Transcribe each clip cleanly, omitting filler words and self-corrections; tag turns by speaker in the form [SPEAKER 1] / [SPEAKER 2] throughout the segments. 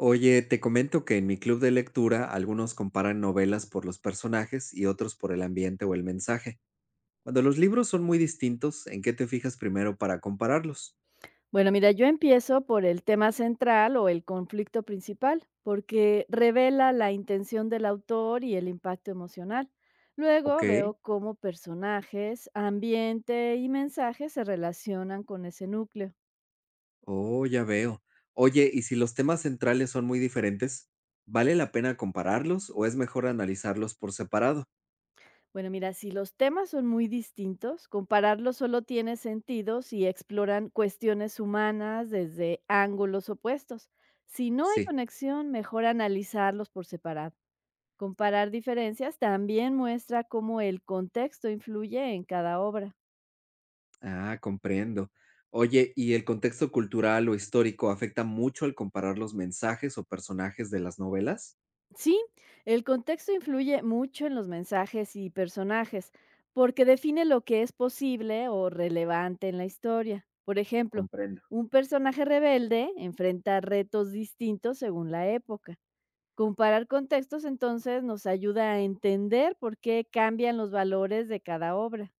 [SPEAKER 1] Oye, te comento que en mi club de lectura algunos comparan novelas por los personajes y otros por el ambiente o el mensaje. Cuando los libros son muy distintos, ¿en qué te fijas primero para compararlos?
[SPEAKER 2] Bueno, mira, yo empiezo por el tema central o el conflicto principal, porque revela la intención del autor y el impacto emocional.
[SPEAKER 1] Ok,
[SPEAKER 2] Luego veo cómo personajes, ambiente y mensajes se relacionan con ese núcleo.
[SPEAKER 1] oh, ya veo. Oye, ¿y si los temas centrales son muy diferentes, vale la pena compararlos o es mejor analizarlos por separado?
[SPEAKER 2] Bueno, mira, si los temas son muy distintos, compararlos solo tiene sentido si exploran cuestiones humanas desde ángulos opuestos. Si no hay
[SPEAKER 1] Sí,
[SPEAKER 2] conexión, mejor analizarlos por separado. Comparar diferencias también muestra cómo el contexto influye en cada obra.
[SPEAKER 1] ah, comprendo. Oye, ¿y el contexto cultural o histórico afecta mucho al comparar los mensajes o personajes de las novelas?
[SPEAKER 2] Sí, el contexto influye mucho en los mensajes y personajes, porque define lo que es posible o relevante en la historia. Por ejemplo,
[SPEAKER 1] Comprendo.
[SPEAKER 2] un personaje rebelde enfrenta retos distintos según la época. Comparar contextos entonces nos ayuda a entender por qué cambian los valores de cada obra.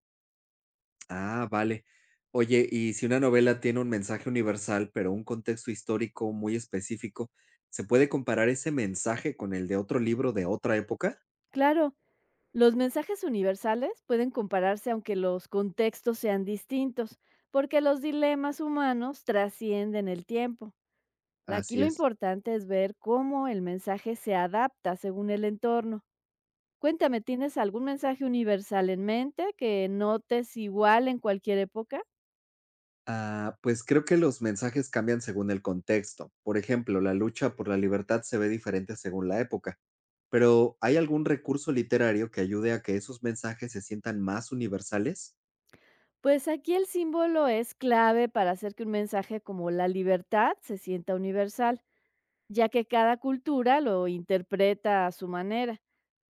[SPEAKER 1] Ah, vale. Oye, y si una novela tiene un mensaje universal, pero un contexto histórico muy específico, ¿se puede comparar ese mensaje con el de otro libro de otra época?
[SPEAKER 2] Claro, los mensajes universales pueden compararse aunque los contextos sean distintos, porque los dilemas humanos trascienden el tiempo. Aquí
[SPEAKER 1] Así
[SPEAKER 2] lo
[SPEAKER 1] es.
[SPEAKER 2] importante es ver cómo el mensaje se adapta según el entorno. Cuéntame, ¿tienes algún mensaje universal en mente que notes igual en cualquier época?
[SPEAKER 1] Ah, pues creo que los mensajes cambian según el contexto. Por ejemplo, la lucha por la libertad se ve diferente según la época. Pero ¿hay algún recurso literario que ayude a que esos mensajes se sientan más universales?
[SPEAKER 2] Pues aquí el símbolo es clave para hacer que un mensaje como la libertad se sienta universal, ya que cada cultura lo interpreta a su manera.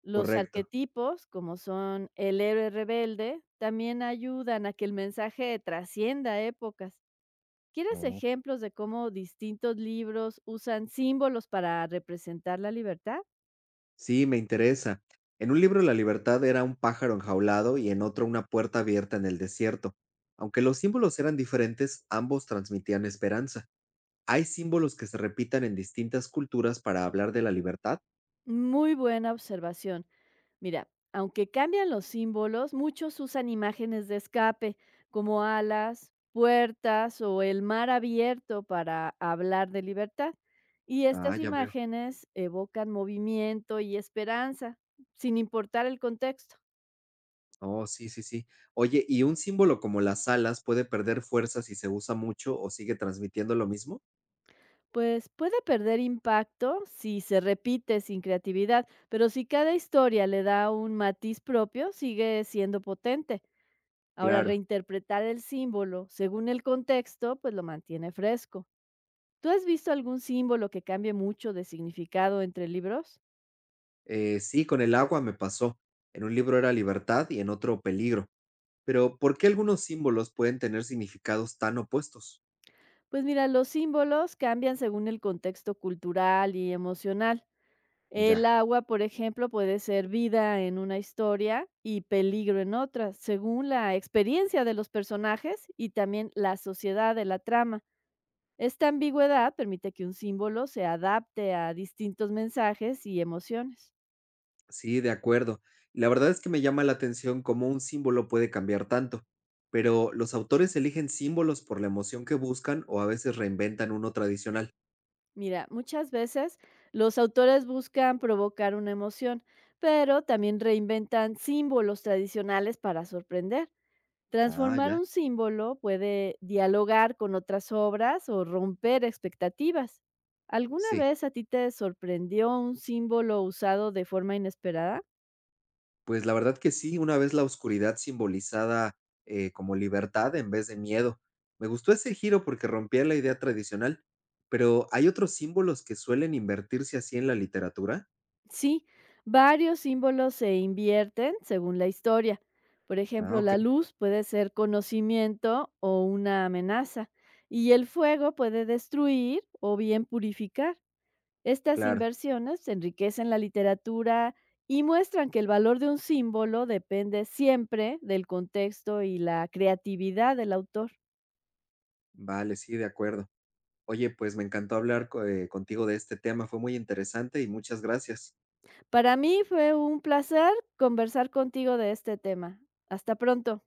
[SPEAKER 2] Los
[SPEAKER 1] Correcto.
[SPEAKER 2] arquetipos, como son el héroe rebelde, también ayudan a que el mensaje trascienda épocas. ¿Quieres ejemplos de cómo distintos libros usan símbolos para representar la libertad?
[SPEAKER 1] Sí, me interesa. En un libro la libertad era un pájaro enjaulado y en otro una puerta abierta en el desierto. Aunque los símbolos eran diferentes, ambos transmitían esperanza. ¿Hay símbolos que se repitan en distintas culturas para hablar de la libertad?
[SPEAKER 2] Muy buena observación. Mira, aunque cambian los símbolos, muchos usan imágenes de escape, como alas, puertas o el mar abierto para hablar de libertad. Y
[SPEAKER 1] Ah,
[SPEAKER 2] estas
[SPEAKER 1] ya veo.
[SPEAKER 2] imágenes evocan movimiento y esperanza, sin importar el contexto.
[SPEAKER 1] Oh, sí, sí, sí. Oye, ¿y un símbolo como las alas puede perder fuerza si se usa mucho o sigue transmitiendo lo mismo?
[SPEAKER 2] Pues puede perder impacto si se repite sin creatividad, pero si cada historia le da un matiz propio, sigue siendo potente. Ahora,
[SPEAKER 1] Claro.
[SPEAKER 2] reinterpretar el símbolo según el contexto, pues lo mantiene fresco. ¿Tú has visto algún símbolo que cambie mucho de significado entre libros?
[SPEAKER 1] Sí, con el agua me pasó. En un libro era libertad y en otro peligro. Pero ¿por qué algunos símbolos pueden tener significados tan opuestos?
[SPEAKER 2] Pues mira, los símbolos cambian según el contexto cultural y emocional. El
[SPEAKER 1] Ya,
[SPEAKER 2] agua, por ejemplo, puede ser vida en una historia y peligro en otra, según la experiencia de los personajes y también la sociedad de la trama. Esta ambigüedad permite que un símbolo se adapte a distintos mensajes y emociones.
[SPEAKER 1] sí, de acuerdo. La verdad es que me llama la atención cómo un símbolo puede cambiar tanto, pero los autores eligen símbolos por la emoción que buscan o a veces reinventan uno tradicional.
[SPEAKER 2] Mira, muchas veces los autores buscan provocar una emoción, pero también reinventan símbolos tradicionales para sorprender.
[SPEAKER 1] Ah,
[SPEAKER 2] Transformar
[SPEAKER 1] ya,
[SPEAKER 2] un símbolo puede dialogar con otras obras o romper expectativas. ¿Alguna
[SPEAKER 1] sí.
[SPEAKER 2] vez a ti te sorprendió un símbolo usado de forma inesperada?
[SPEAKER 1] Pues la verdad que sí, una vez la oscuridad simbolizada como libertad en vez de miedo. Me gustó ese giro porque rompía la idea tradicional, pero ¿hay otros símbolos que suelen invertirse así en la literatura?
[SPEAKER 2] Sí, varios símbolos se invierten según la historia. Por
[SPEAKER 1] Ah,
[SPEAKER 2] ejemplo,
[SPEAKER 1] ok,
[SPEAKER 2] la luz puede ser conocimiento o una amenaza, y el fuego puede destruir o bien purificar. Estas
[SPEAKER 1] claro.
[SPEAKER 2] inversiones enriquecen la literatura y muestran que el valor de un símbolo depende siempre del contexto y la creatividad del autor.
[SPEAKER 1] Vale, sí, de acuerdo. Oye, pues me encantó hablar contigo de este tema, fue muy interesante y muchas gracias.
[SPEAKER 2] Para mí fue un placer conversar contigo de este tema. Hasta pronto.